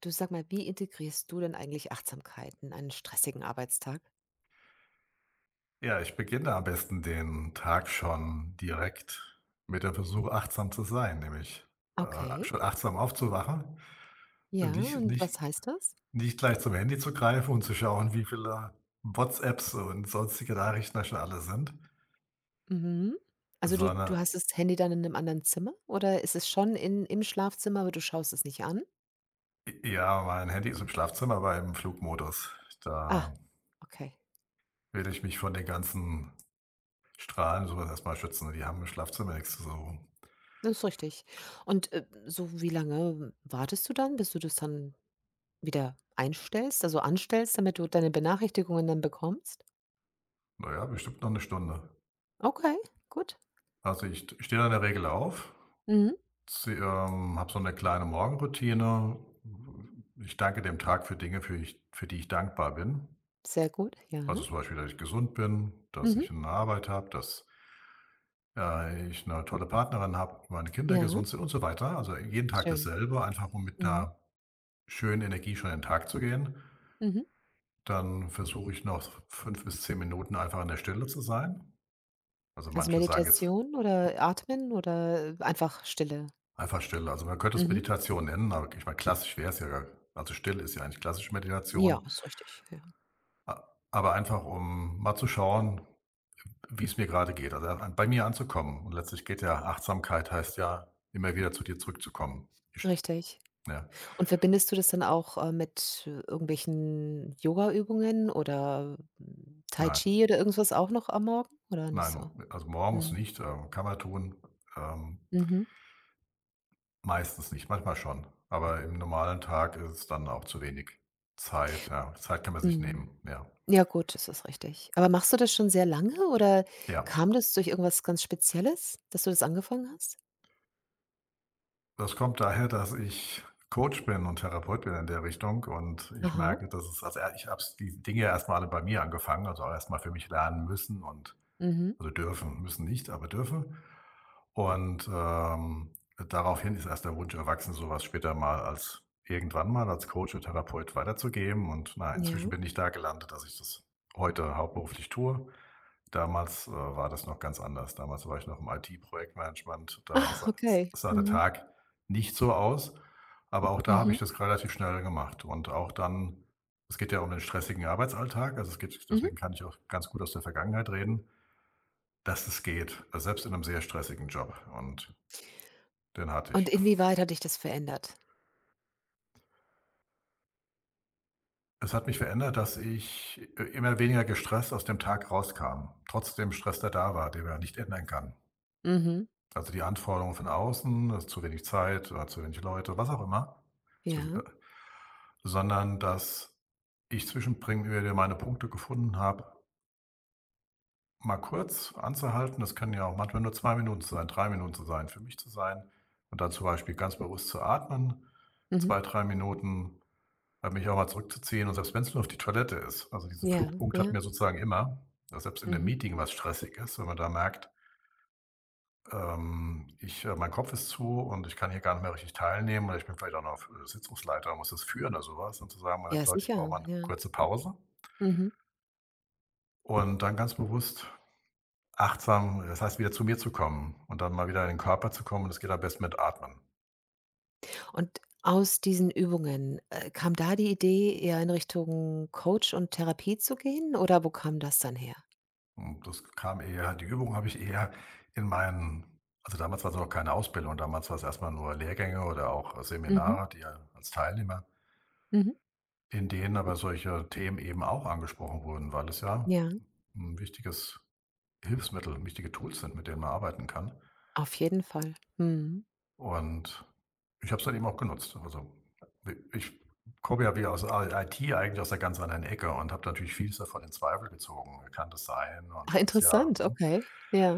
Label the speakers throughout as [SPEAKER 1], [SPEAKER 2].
[SPEAKER 1] Du sag mal, wie integrierst du denn eigentlich Achtsamkeit in einen stressigen Arbeitstag?
[SPEAKER 2] Ja, ich beginne am besten den Tag schon direkt mit dem Versuch, achtsam zu sein, nämlich,
[SPEAKER 1] Okay,
[SPEAKER 2] schon achtsam aufzuwachen,
[SPEAKER 1] ja,
[SPEAKER 2] nicht
[SPEAKER 1] und
[SPEAKER 2] nicht
[SPEAKER 1] was heißt das?
[SPEAKER 2] nicht gleich zum Handy zu greifen und zu schauen, wie viele WhatsApps und sonstige Nachrichten da schon alle sind,
[SPEAKER 1] Mhm. Also du
[SPEAKER 2] sondern
[SPEAKER 1] hast das Handy dann in einem anderen Zimmer oder ist es schon im Schlafzimmer, aber du schaust es nicht an?
[SPEAKER 2] ja, mein Handy ist im Schlafzimmer, aber im Flugmodus.
[SPEAKER 1] Ah,
[SPEAKER 2] Da
[SPEAKER 1] okay,
[SPEAKER 2] will ich mich von den ganzen Strahlen und so was schützen. Die haben im Schlafzimmer nichts zu suchen.
[SPEAKER 1] das ist richtig. Und so wie lange wartest du dann, bis du das dann wieder einstellst, also anstellst, damit du deine Benachrichtigungen dann bekommst?
[SPEAKER 2] Naja, bestimmt noch eine Stunde.
[SPEAKER 1] Okay, gut.
[SPEAKER 2] Also, ich stehe dann in der Regel auf.
[SPEAKER 1] Mhm.
[SPEAKER 2] Z Habe so eine kleine Morgenroutine. Ich danke dem Tag für Dinge, für die ich dankbar bin.
[SPEAKER 1] Sehr gut, ja.
[SPEAKER 2] Also, zum Beispiel, dass ich gesund bin, dass
[SPEAKER 1] Mhm.
[SPEAKER 2] ich eine Arbeit habe, dass, ich eine tolle Partnerin habe, meine Kinder
[SPEAKER 1] Ja,
[SPEAKER 2] gesund sind und so weiter. Also, jeden Tag
[SPEAKER 1] schön.
[SPEAKER 2] dasselbe, einfach um mit
[SPEAKER 1] Mhm.
[SPEAKER 2] einer schönen Energie schon in den Tag zu gehen.
[SPEAKER 1] Mhm.
[SPEAKER 2] Dann versuche ich noch 5 bis 10 Minuten einfach in der Stille zu sein. Also,
[SPEAKER 1] Also,
[SPEAKER 2] manche sagen jetzt
[SPEAKER 1] Meditation oder Atmen oder einfach Stille?
[SPEAKER 2] einfach Stille. Also, man könnte es
[SPEAKER 1] Mhm.
[SPEAKER 2] Meditation nennen, aber ich meine, klassisch wäre es ja, also, Stille ist ja eigentlich klassische
[SPEAKER 1] Ja,
[SPEAKER 2] Meditation.
[SPEAKER 1] ist richtig, ja,
[SPEAKER 2] A aber einfach, um mal zu schauen, wie es mir gerade geht, also, a bei mir anzukommen. Und letztlich geht ja Achtsamkeit, heißt ja, immer wieder zu dir zurückzukommen. Ich
[SPEAKER 1] richtig.
[SPEAKER 2] Ja,
[SPEAKER 1] Und verbindest du das dann auch, mit irgendwelchen Yoga-Übungen oder, Tai
[SPEAKER 2] nein,
[SPEAKER 1] Chi oder irgendwas auch noch am Morgen oder nicht so?
[SPEAKER 2] nein, also, morgens
[SPEAKER 1] Mhm.
[SPEAKER 2] nicht, kann man tun, ähm,
[SPEAKER 1] Mhm.
[SPEAKER 2] meistens nicht, manchmal schon, aber im normalen Tag ist es dann auch zu wenig Zeit, ja. Zeit kann man sich
[SPEAKER 1] Mhm.
[SPEAKER 2] nehmen, ja.
[SPEAKER 1] Ja gut, das ist richtig. Aber machst du das schon sehr lange oder
[SPEAKER 2] Ja.
[SPEAKER 1] kam das durch irgendwas ganz Spezielles, dass du das angefangen hast?
[SPEAKER 2] Das kommt daher, dass ich Coach bin und Therapeut bin in der Richtung, und ich
[SPEAKER 1] Aha.
[SPEAKER 2] merke, dass es, also, ja, ich habe die Dinge erst mal alle bei mir angefangen, also, erst mal für mich lernen müssen, und
[SPEAKER 1] Mhm.
[SPEAKER 2] also, dürfen, müssen nicht, aber dürfen. Und, daraufhin ist erst der Wunsch erwachsen, sowas später mal als irgendwann mal als Coach und Therapeut weiterzugeben, und na, inzwischen
[SPEAKER 1] Ja,
[SPEAKER 2] bin ich da gelandet, dass ich das heute hauptberuflich tue. Damals, war das noch ganz anders. Damals war ich noch im IT-Projektmanagement. Da sah
[SPEAKER 1] okay.
[SPEAKER 2] sah der
[SPEAKER 1] Mhm.
[SPEAKER 2] Tag nicht so aus, aber auch da habe ich
[SPEAKER 1] Mhm.
[SPEAKER 2] das relativ schnell gemacht, und auch dann, es geht ja um den stressigen Arbeitsalltag, also, es geht,
[SPEAKER 1] Mhm.
[SPEAKER 2] deswegen kann ich auch ganz gut aus der Vergangenheit reden, dass es geht, also selbst in einem sehr stressigen Job, und den hatte
[SPEAKER 1] Und
[SPEAKER 2] ich.
[SPEAKER 1] inwieweit hat dich das verändert?
[SPEAKER 2] Es hat mich verändert, dass ich, immer weniger gestresst aus dem Tag rauskam, trotz dem Stress, der da war, den man nicht ändern kann.
[SPEAKER 1] Mhm.
[SPEAKER 2] Also, die Anforderungen von außen, du hast zu wenig Zeit oder zu wenig Leute, was auch immer, zu viel,
[SPEAKER 1] Ja,
[SPEAKER 2] sondern dass ich zwischenpringe meine Punkte gefunden habe, mal kurz anzuhalten. Das können ja auch manchmal nur 2 Minuten sein, 3 Minuten zu sein, für mich zu sein, und dann zum Beispiel ganz bewusst zu atmen,
[SPEAKER 1] mhm.
[SPEAKER 2] 2 3 Minuten, halt mich auch mal zurückzuziehen, und selbst wenn es nur auf die Toilette ist. Also, diesen
[SPEAKER 1] Ja,
[SPEAKER 2] Fluchtpunkt hat
[SPEAKER 1] ja.
[SPEAKER 2] mir sozusagen immer, dass selbst in 'nem
[SPEAKER 1] Mhm.
[SPEAKER 2] Meeting, was stressig ist, wenn man da merkt, ich mein Kopf ist zu und ich kann hier gar nicht mehr richtig teilnehmen, oder ich bin vielleicht auch noch Sitzungsleiter, muss das führen oder sowas, und zu sagen: „Moment,
[SPEAKER 1] Ja,
[SPEAKER 2] Leute, ich brauche
[SPEAKER 1] sicher,
[SPEAKER 2] mal eine
[SPEAKER 1] ja.
[SPEAKER 2] kurze Pause.“
[SPEAKER 1] Mhm.
[SPEAKER 2] Und dann ganz bewusst achtsam, das heißt, wieder zu mir zu kommen und dann mal wieder in den Körper zu kommen, und das geht am besten mit Atmen.
[SPEAKER 1] Und aus diesen Übungen, kam da die Idee, eher in Richtung Coach und Therapie zu gehen oder wo kam das dann her?
[SPEAKER 2] Und das kam eher, die Übung habe ich eher in meinen, also, damals war es noch keine Ausbildung, damals war's erst mal nur Lehrgänge oder auch
[SPEAKER 1] Mhm,
[SPEAKER 2] Seminare, die ja als Teilnehmer,
[SPEAKER 1] mhm.
[SPEAKER 2] in denen aber solche Themen eben auch angesprochen wurden, weil es ja
[SPEAKER 1] Ja,
[SPEAKER 2] ein wichtiges Hilfsmittel, wichtige Tools sind, mit denen man arbeiten kann.
[SPEAKER 1] auf jeden Fall. Mhm.
[SPEAKER 2] Und ich habe es dann eben auch genutzt. Also, ich komme ja wieder aus der IT, eigentlich aus der ganz anderen Ecke, und habe natürlich vieles davon in Zweifel gezogen. Kann das sein? Und
[SPEAKER 1] Ah,
[SPEAKER 2] das ist ja,
[SPEAKER 1] interessant,
[SPEAKER 2] hm.
[SPEAKER 1] okay, ja.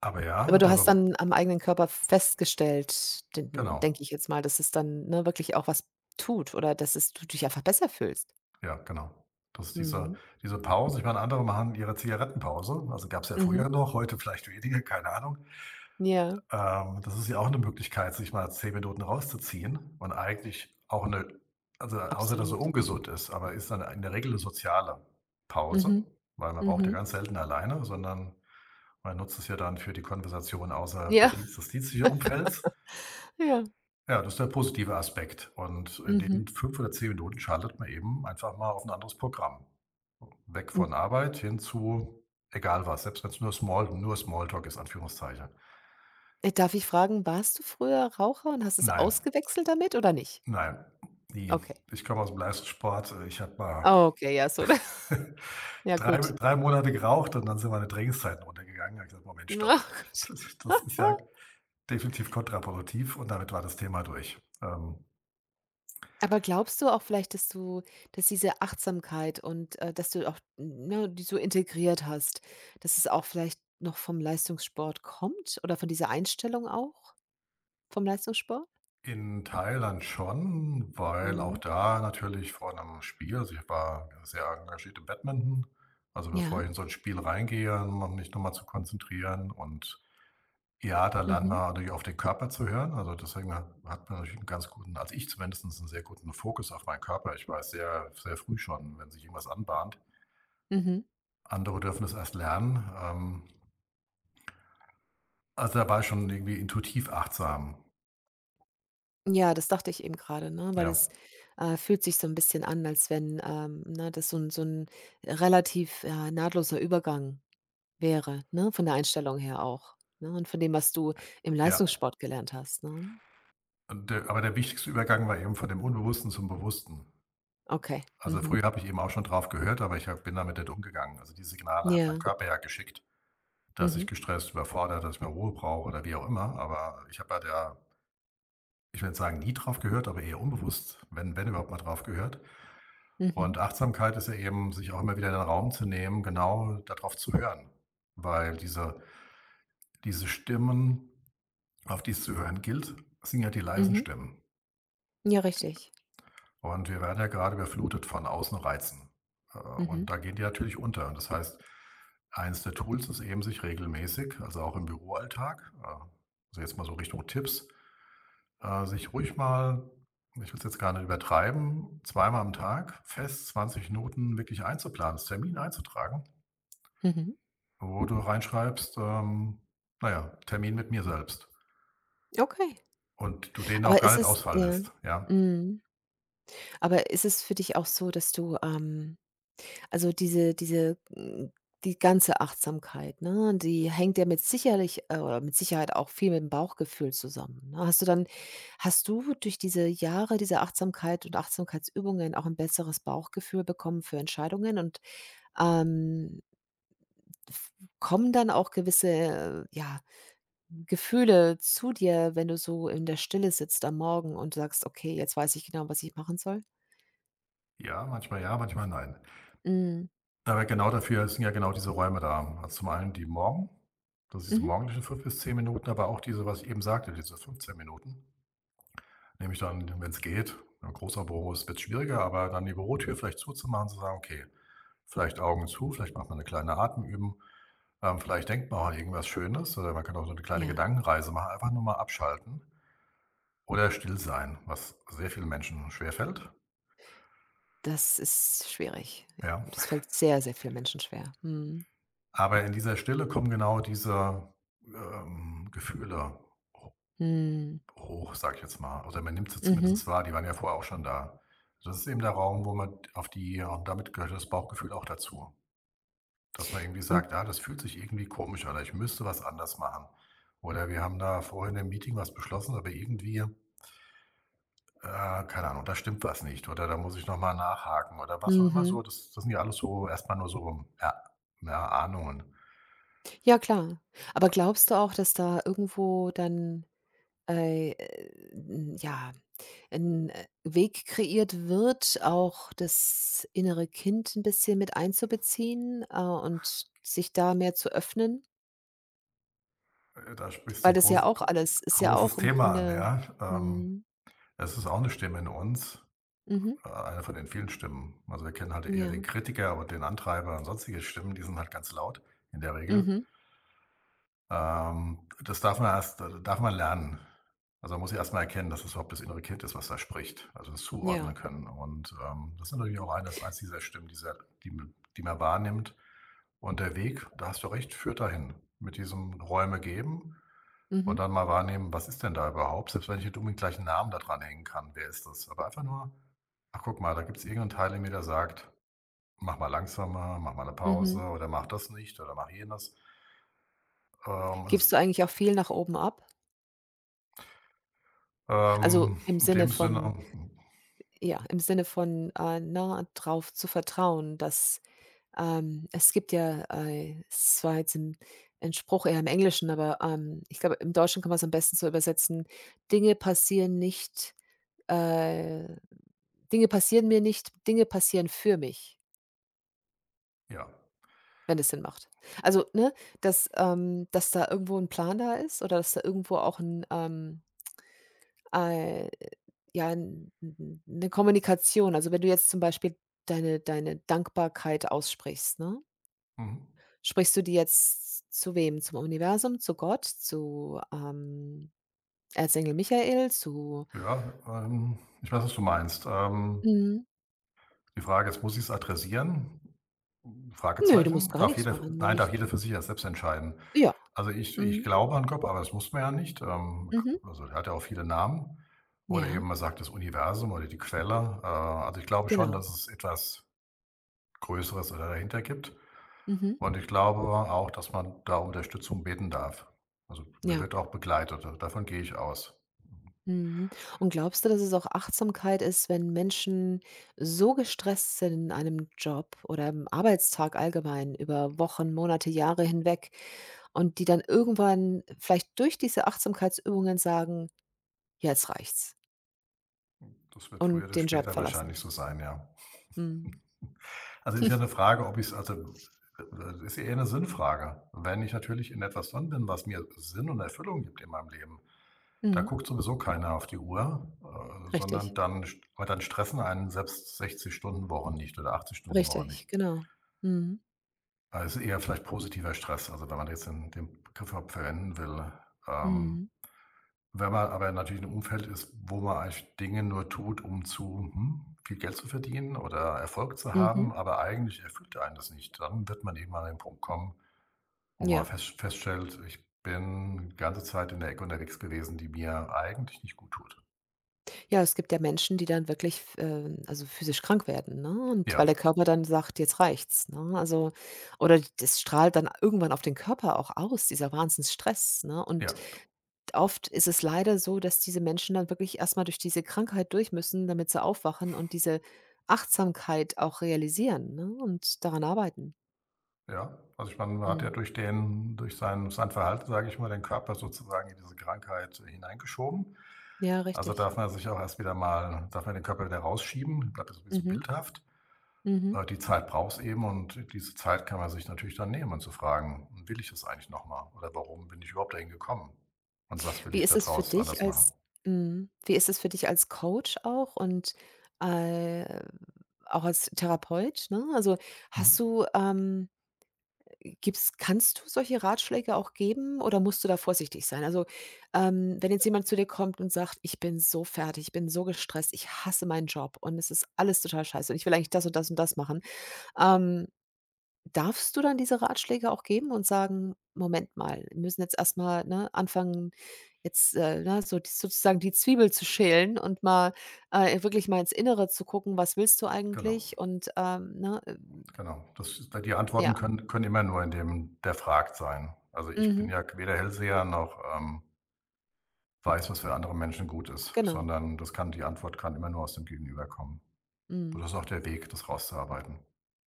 [SPEAKER 2] Aber
[SPEAKER 1] Aber
[SPEAKER 2] ja,
[SPEAKER 1] du
[SPEAKER 2] der
[SPEAKER 1] hast
[SPEAKER 2] Bew
[SPEAKER 1] dann am eigenen Körper festgestellt, den denke
[SPEAKER 2] genau.
[SPEAKER 1] ich jetzt mal, dass es dann, ne, wirklich auch was tut oder dass es du dich einfach besser fühlst.
[SPEAKER 2] Ja, genau. Das ist diese
[SPEAKER 1] Mhm,
[SPEAKER 2] diese Pause. Ich meine, andere machen ihre Zigarettenpause. Also, gab es ja
[SPEAKER 1] mhm,
[SPEAKER 2] früher noch, heute vielleicht weniger, keine Ahnung.
[SPEAKER 1] ja,
[SPEAKER 2] Das ist ja auch eine Möglichkeit, sich mal 10 Minuten rauszuziehen und eigentlich auch eine, also, außer dass sie
[SPEAKER 1] absolut.
[SPEAKER 2] ungesund ist, aber ist dann in der Regel eine soziale Pause,
[SPEAKER 1] Mhm,
[SPEAKER 2] weil man raucht ja
[SPEAKER 1] mhm.
[SPEAKER 2] ganz selten alleine, sondern man nutzt es ja dann für die Konversation außerhalb der
[SPEAKER 1] Ja.
[SPEAKER 2] Dienstlichen Umfelds.
[SPEAKER 1] Ja.
[SPEAKER 2] Ja, das ist der positive Aspekt, und in
[SPEAKER 1] Mhm.
[SPEAKER 2] den 5 oder 10 Minuten schaltet man eben einfach mal auf ein anderes Programm. Weg
[SPEAKER 1] Hm,
[SPEAKER 2] von Arbeit hin zu, egal was, selbst wenn es nur Smalltalk ist, Anführungszeichen.
[SPEAKER 1] darf ich fragen, warst du früher Raucher und hast es
[SPEAKER 2] Nein,
[SPEAKER 1] ausgewechselt damit oder nicht?
[SPEAKER 2] nein, nie.
[SPEAKER 1] Okay.
[SPEAKER 2] Ich komme aus dem Leistungssport. Ich habe mal
[SPEAKER 1] Ah, okay, ja, so ja
[SPEAKER 2] drei
[SPEAKER 1] gut.
[SPEAKER 2] drei Monate geraucht, und dann sind meine Trainingszeiten runtergegangen. Da habe ich gesagt: „Moment,
[SPEAKER 1] Na
[SPEAKER 2] stopp.
[SPEAKER 1] gut.
[SPEAKER 2] Das ist ja definitiv kontraproduktiv.“ Und damit war das Thema durch.
[SPEAKER 1] Aber glaubst du auch vielleicht, dass diese Achtsamkeit und, dass du auch, ne, die so integriert hast, dass es auch vielleicht noch vom Leistungssport kommt oder von dieser Einstellung auch vom Leistungssport?
[SPEAKER 2] In Thailand schon, weil auch
[SPEAKER 1] Mhm.
[SPEAKER 2] da natürlich vor einem Spiel, also, ich war sehr engagiert im Badminton. Also, bevor
[SPEAKER 1] Ja.
[SPEAKER 2] ich in so ein Spiel reingehe, um mich nochmal zu konzentrieren, und ja, da lernt
[SPEAKER 1] Mhm.
[SPEAKER 2] man natürlich auf den Körper zu hören. Also, deswegen hat man natürlich 'n ganz guten, also, ich zumindest einen sehr guten Fokus auf meinen Körper. Ich weiß sehr sehr früh schon, wenn sich irgendwas anbahnt.
[SPEAKER 1] Mhm.
[SPEAKER 2] Andere dürfen es erst lernen. Also, da war ich schon irgendwie intuitiv achtsam.
[SPEAKER 1] Ja, das dachte ich eben gerade, ne, weil
[SPEAKER 2] Ja,
[SPEAKER 1] es, äh, fühlt sich so ein bisschen an, als wenn, ne, das so ein relativ, ja, nahtloser Übergang wäre, ne, von der Einstellung her auch, ne, und von dem, was du im
[SPEAKER 2] ja.
[SPEAKER 1] Leistungssport gelernt hast, ne?
[SPEAKER 2] Und der aber der wichtigste Übergang war eben von dem Unbewussten zum Bewussten.
[SPEAKER 1] Okay.
[SPEAKER 2] Also,
[SPEAKER 1] Mhm.
[SPEAKER 2] früher habe ich eben auch schon drauf gehört, aber ich habe bin damit nicht umgegangen. Also, die Signale hat mein
[SPEAKER 1] Ja.
[SPEAKER 2] Körper ja geschickt, dass ich
[SPEAKER 1] Mhm.
[SPEAKER 2] gestresst, überfordert, dass ich mal Ruhe brauche oder wie auch immer. Aber ich habe ja der ich will nicht sagen, nie drauf gehört, aber eher unbewusst, wenn überhaupt mal drauf gehört. Und
[SPEAKER 1] Mhm.
[SPEAKER 2] Achtsamkeit ist ja eben, sich auch immer wieder in den Raum zu nehmen, genau darauf zu hören. Weil diese Stimmen, auf die es zu hören gilt, sind ja die leisen
[SPEAKER 1] Mhm.
[SPEAKER 2] Stimmen.
[SPEAKER 1] Ja, richtig.
[SPEAKER 2] Und wir werden ja gerade überflutet von Außenreizen. Äh,
[SPEAKER 1] Mhm.
[SPEAKER 2] und da gehen die natürlich unter. Und das heißt, eins der Tools ist eben, sich regelmäßig, also auch im Büroalltag, also jetzt mal so Richtung Tipps, sich ruhig mal, ich will es jetzt gar nicht übertreiben, zweimal am Tag fest 20 Minuten wirklich einzuplanen, das Termin einzutragen,
[SPEAKER 1] Mhm.
[SPEAKER 2] wo du reinschreibst, na ja, Termin mit mir selbst,
[SPEAKER 1] Okay.
[SPEAKER 2] und du den auch
[SPEAKER 1] Aber
[SPEAKER 2] gar
[SPEAKER 1] ist
[SPEAKER 2] nicht
[SPEAKER 1] es
[SPEAKER 2] ausfallen
[SPEAKER 1] ja.
[SPEAKER 2] lässt, ja?
[SPEAKER 1] Mhm. Aber ist es für dich auch so, dass du, also die ganze Achtsamkeit, ne, die hängt ja mit sicherlich oder mit Sicherheit auch viel mit dem Bauchgefühl zusammen, ne? Hast du durch diese Jahre dieser Achtsamkeit und Achtsamkeitsübungen auch ein besseres Bauchgefühl bekommen für Entscheidungen und, ähm, f kommen dann auch gewisse, ja, Gefühle zu dir, wenn du so in der Stille sitzt am Morgen und sagst: „Okay, jetzt weiß ich genau, was ich machen soll?“
[SPEAKER 2] Ja, manchmal nein.
[SPEAKER 1] Mhm.
[SPEAKER 2] Aber genau dafür sind ja genau diese Räume da. Also, zum einen die Morgen, das ist
[SPEAKER 1] Mhm.
[SPEAKER 2] morgendliche 5 bis 10 Minuten, aber auch diese, was ich eben sagte, diese 15 Minuten. Nehme ich dann, wenn es geht, 'n großer Büro ist, wird schwieriger, aber dann die Bürotür vielleicht zuzumachen, zu sagen: „Okay, vielleicht Augen zu, vielleicht macht man eine kleine Atemübung, vielleicht denkt man auch an irgendwas Schönes, oder man kann auch so eine kleine
[SPEAKER 1] Ja.
[SPEAKER 2] Gedankenreise machen, einfach nur mal abschalten oder still sein“, was sehr vielen Menschen schwerfällt,
[SPEAKER 1] Das ist schwierig, ja.
[SPEAKER 2] ja.
[SPEAKER 1] Und das fällt sehr, sehr vielen Menschen schwer. Mhm.
[SPEAKER 2] Aber in dieser Stille kommen genau diese, Gefühle ho
[SPEAKER 1] Mhm.
[SPEAKER 2] hoch, sage ich jetzt mal. Oder man nimmt sie
[SPEAKER 1] Mhm.
[SPEAKER 2] zumindest wahr, die waren ja vorher auch schon da. Das ist eben der Raum, wo man auf die, und damit gehört das Bauchgefühl auch dazu. Dass man irgendwie
[SPEAKER 1] Und
[SPEAKER 2] sagt: „Ja, das fühlt sich irgendwie komisch an, ich müsste was anders machen.“ Oder: „Wir haben da vorhin im Meeting was beschlossen, aber irgendwie, keine Ahnung, da stimmt was nicht.“ Oder: „Da muss ich noch mal nachhaken.“ Oder was auch immer,
[SPEAKER 1] mhm.
[SPEAKER 2] so. Das sind ja alles so erst mal nur so, ja, ja, Ahnungen.
[SPEAKER 1] Ja klar. Aber glaubst du auch, dass da irgendwo dann, äh, n ja, 'n Weg kreiert wird, auch das innere Kind ein bisschen mit einzubeziehen, und sich da mehr zu öffnen?
[SPEAKER 2] Da sprichst du
[SPEAKER 1] Weil
[SPEAKER 2] ein
[SPEAKER 1] das ja auch alles ist ja
[SPEAKER 2] großes
[SPEAKER 1] auch im
[SPEAKER 2] Thema an,
[SPEAKER 1] Grunde
[SPEAKER 2] ja. Ähm,
[SPEAKER 1] mhm.
[SPEAKER 2] Es ist auch eine Stimme in uns,
[SPEAKER 1] Mhm.
[SPEAKER 2] eine von den vielen Stimmen. Also, wir kennen halt eher den
[SPEAKER 1] Ja.
[SPEAKER 2] Kritiker und den Antreiber und sonstige Stimmen, die sind halt ganz laut in der Regel.
[SPEAKER 1] Mhm.
[SPEAKER 2] Das darf man erst darf man lernen. Also, man muss ja erst mal erkennen, dass es überhaupt das innere Kind ist, was da spricht, also das
[SPEAKER 1] Ja.
[SPEAKER 2] zuordnen können. Und, das ist natürlich auch eines eins dieser Stimmen, dieser, die man wahrnimmt. Und der Weg, da hast du recht, führt dahin. Mit diesem Räume geben
[SPEAKER 1] Mhm.
[SPEAKER 2] und dann mal wahrnehmen, was ist denn da überhaupt? Selbst wenn ich nicht unbedingt gleich einen Namen da dran hängen kann, wer ist das? Aber einfach nur: „Ach, guck mal, da gibt's irgend 'n Teil in mir, der sagt: 'Mach mal langsamer, mach mal eine Pause
[SPEAKER 1] Mhm.
[SPEAKER 2] oder mach das nicht oder mach jenes.'“
[SPEAKER 1] Gibst
[SPEAKER 2] es
[SPEAKER 1] du eigentlich auch viel nach oben ab? Also, im
[SPEAKER 2] In
[SPEAKER 1] Sinne
[SPEAKER 2] dem
[SPEAKER 1] von
[SPEAKER 2] Sinne,
[SPEAKER 1] ja, im Sinne von, ne, drauf zu vertrauen, dass es gibt ja, es war jetzt 'n Spruch eher im Englischen, aber, ich glaube, im Deutschen kann man es am besten so übersetzen: „Dinge passieren nicht, äh Dinge passieren mir nicht, Dinge passieren für mich“,
[SPEAKER 2] ja.
[SPEAKER 1] wenn es Sinn macht. Also, ne, dass da irgendwo ein Plan da ist oder dass da irgendwo auch Ei ja, eine Kommunikation. Also, wenn du jetzt zum Beispiel deine Dankbarkeit aussprichst, ne?
[SPEAKER 2] Mhm.
[SPEAKER 1] Sprichst du die jetzt zu wem? Zum Universum, zu Gott, zu, Erzengel Michael, zu
[SPEAKER 2] Ja, ich weiß, was du meinst.
[SPEAKER 1] mhm.
[SPEAKER 2] Die Frage ist, muss ich es adressieren?
[SPEAKER 1] Nö, du musst
[SPEAKER 2] Fragezeichen.
[SPEAKER 1] gar
[SPEAKER 2] Darf
[SPEAKER 1] nichts
[SPEAKER 2] jeder,
[SPEAKER 1] machen.
[SPEAKER 2] nein,
[SPEAKER 1] Ne, ich
[SPEAKER 2] darf jeder für sich ja selbst entscheiden.
[SPEAKER 1] ja.
[SPEAKER 2] Also, ich
[SPEAKER 1] Mhm.
[SPEAKER 2] glaube an Gott, aber das muss man ja nicht.
[SPEAKER 1] Mhm.
[SPEAKER 2] Also, er hat ja auch viele Namen oder eben
[SPEAKER 1] Ja,
[SPEAKER 2] man sagt das Universum oder die Quelle. Also, ich glaube schon,
[SPEAKER 1] genau.
[SPEAKER 2] dass es etwas Größeres da dahinter gibt,
[SPEAKER 1] Mhm.
[SPEAKER 2] und ich glaube auch, dass man da um Unterstützung beten darf. Also, man
[SPEAKER 1] Ja.
[SPEAKER 2] wird auch begleitet, davon gehe ich aus.
[SPEAKER 1] Mhm. Und glaubst du, dass es auch Achtsamkeit ist, wenn Menschen so gestresst sind in einem Job oder im Arbeitstag allgemein über Wochen, Monate, Jahre hinweg und die dann irgendwann vielleicht durch diese Achtsamkeitsübungen sagen: Ja, „Jetzt reicht's“
[SPEAKER 2] Das wird früher
[SPEAKER 1] und
[SPEAKER 2] oder
[SPEAKER 1] den Job
[SPEAKER 2] später
[SPEAKER 1] verlassen?
[SPEAKER 2] wahrscheinlich so sein, ja.
[SPEAKER 1] Mhm.
[SPEAKER 2] Also, ist ja eine Frage, ob ich es, also, ist eher eine Sinnfrage. Wenn ich natürlich in etwas drin bin, was mir Sinn und Erfüllung gibt in meinem Leben, da
[SPEAKER 1] Mhm.
[SPEAKER 2] guckt sowieso keiner auf die Uhr,
[SPEAKER 1] Richtig,
[SPEAKER 2] sondern dann st aber dann stressen einen selbst 60-Stunden-Wochen nicht oder 80-Stunden-Wochen
[SPEAKER 1] richtig,
[SPEAKER 2] nicht.
[SPEAKER 1] genau. Mhm.
[SPEAKER 2] Also, ist eher vielleicht positiver Stress, also, wenn man jetzt den Begriff überhaupt verwenden will. Ähm
[SPEAKER 1] Mhm.
[SPEAKER 2] Wenn man aber natürlich in 'nem Umfeld ist, wo man eigentlich Dinge nur tut, um zu, viel Geld zu verdienen oder Erfolg zu
[SPEAKER 1] Mhm.
[SPEAKER 2] haben, aber eigentlich erfüllt einen das nicht, dann wird man irgendwann an den Punkt kommen, wo man
[SPEAKER 1] Ja.
[SPEAKER 2] feststellt: „Ich bin die ganze Zeit in der Ecke unterwegs gewesen, die mir eigentlich nicht gut tut.“
[SPEAKER 1] Ja, es gibt ja Menschen, die dann wirklich, also physisch krank werden, ne? Und weil
[SPEAKER 2] Ja,
[SPEAKER 1] der Körper dann sagt: „Jetzt reicht's“, ne? Also oder das strahlt dann irgendwann auf den Körper auch aus, dieser Wahnsinnsstress, ne?
[SPEAKER 2] ja,
[SPEAKER 1] Und oft ist es leider so, dass diese Menschen dann wirklich erst mal durch diese Krankheit durch müssen, damit sie aufwachen und diese Achtsamkeit auch realisieren, ne, und daran arbeiten.
[SPEAKER 2] ja. Also, ich meine, man hat ja
[SPEAKER 1] Mhm.
[SPEAKER 2] durch sein Verhalten, sage ich mal, den Körper sozusagen in diese Krankheit hineingeschoben.
[SPEAKER 1] Ja,
[SPEAKER 2] Also,
[SPEAKER 1] richtig.
[SPEAKER 2] darf man sich auch erst wieder mal, darf man den Körper wieder rausschieben, bleibt das ein bisschen
[SPEAKER 1] Mhm.
[SPEAKER 2] bildhaft.
[SPEAKER 1] Mhm.
[SPEAKER 2] Die Zeit braucht's eben, und diese Zeit kann man sich natürlich dann nehmen und zu fragen: „Will ich das eigentlich nochmal oder warum bin ich überhaupt dahin gekommen und was will
[SPEAKER 1] Wie
[SPEAKER 2] ich
[SPEAKER 1] ist
[SPEAKER 2] da
[SPEAKER 1] es für
[SPEAKER 2] draus
[SPEAKER 1] dich
[SPEAKER 2] anders machen?“
[SPEAKER 1] als mhm, wie ist es für dich als Coach auch und, äh, auch als Therapeut, ne?
[SPEAKER 2] Mhm.
[SPEAKER 1] Hast du, ähm gibst kannst du solche Ratschläge auch geben oder musst du da vorsichtig sein? Also, wenn jetzt jemand zu dir kommt und sagt: „Ich bin so fertig, ich bin so gestresst, ich hasse meinen Job und es ist alles total scheiße und ich will eigentlich das und das und das machen.“ Ähm Darfst du dann diese Ratschläge auch geben und sagen: „Moment mal, wir müssen jetzt erst mal, ne, anfangen, jetzt, ne, so d sozusagen die Zwiebel zu schälen und mal, wirklich mal ins Innere zu gucken, was willst du
[SPEAKER 2] Genau,
[SPEAKER 1] eigentlich?“ Und,
[SPEAKER 2] genau. Das ist, die
[SPEAKER 1] ja.
[SPEAKER 2] Antworten können immer nur in dem, der fragt, sein. Also, ich bin
[SPEAKER 1] Mhm.
[SPEAKER 2] ja weder Hellseher noch, weiß, was für andere Menschen gut ist,
[SPEAKER 1] Genau.
[SPEAKER 2] sondern das kann die Antwort kann immer nur aus dem Gegenüber kommen. Und
[SPEAKER 1] Mhm.
[SPEAKER 2] das ist auch der Weg, das rauszuarbeiten.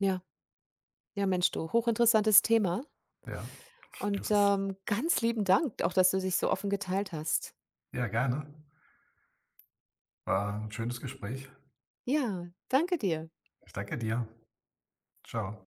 [SPEAKER 1] Ja. Ja, Mensch du, hochinteressantes Thema
[SPEAKER 2] Ja,
[SPEAKER 1] und,
[SPEAKER 2] das ist
[SPEAKER 1] ganz lieben Dank auch, dass du dich so offen geteilt hast.
[SPEAKER 2] ja, gerne. War 'n schönes Gespräch.
[SPEAKER 1] Ja, danke dir.
[SPEAKER 2] Ich danke dir. Ciao.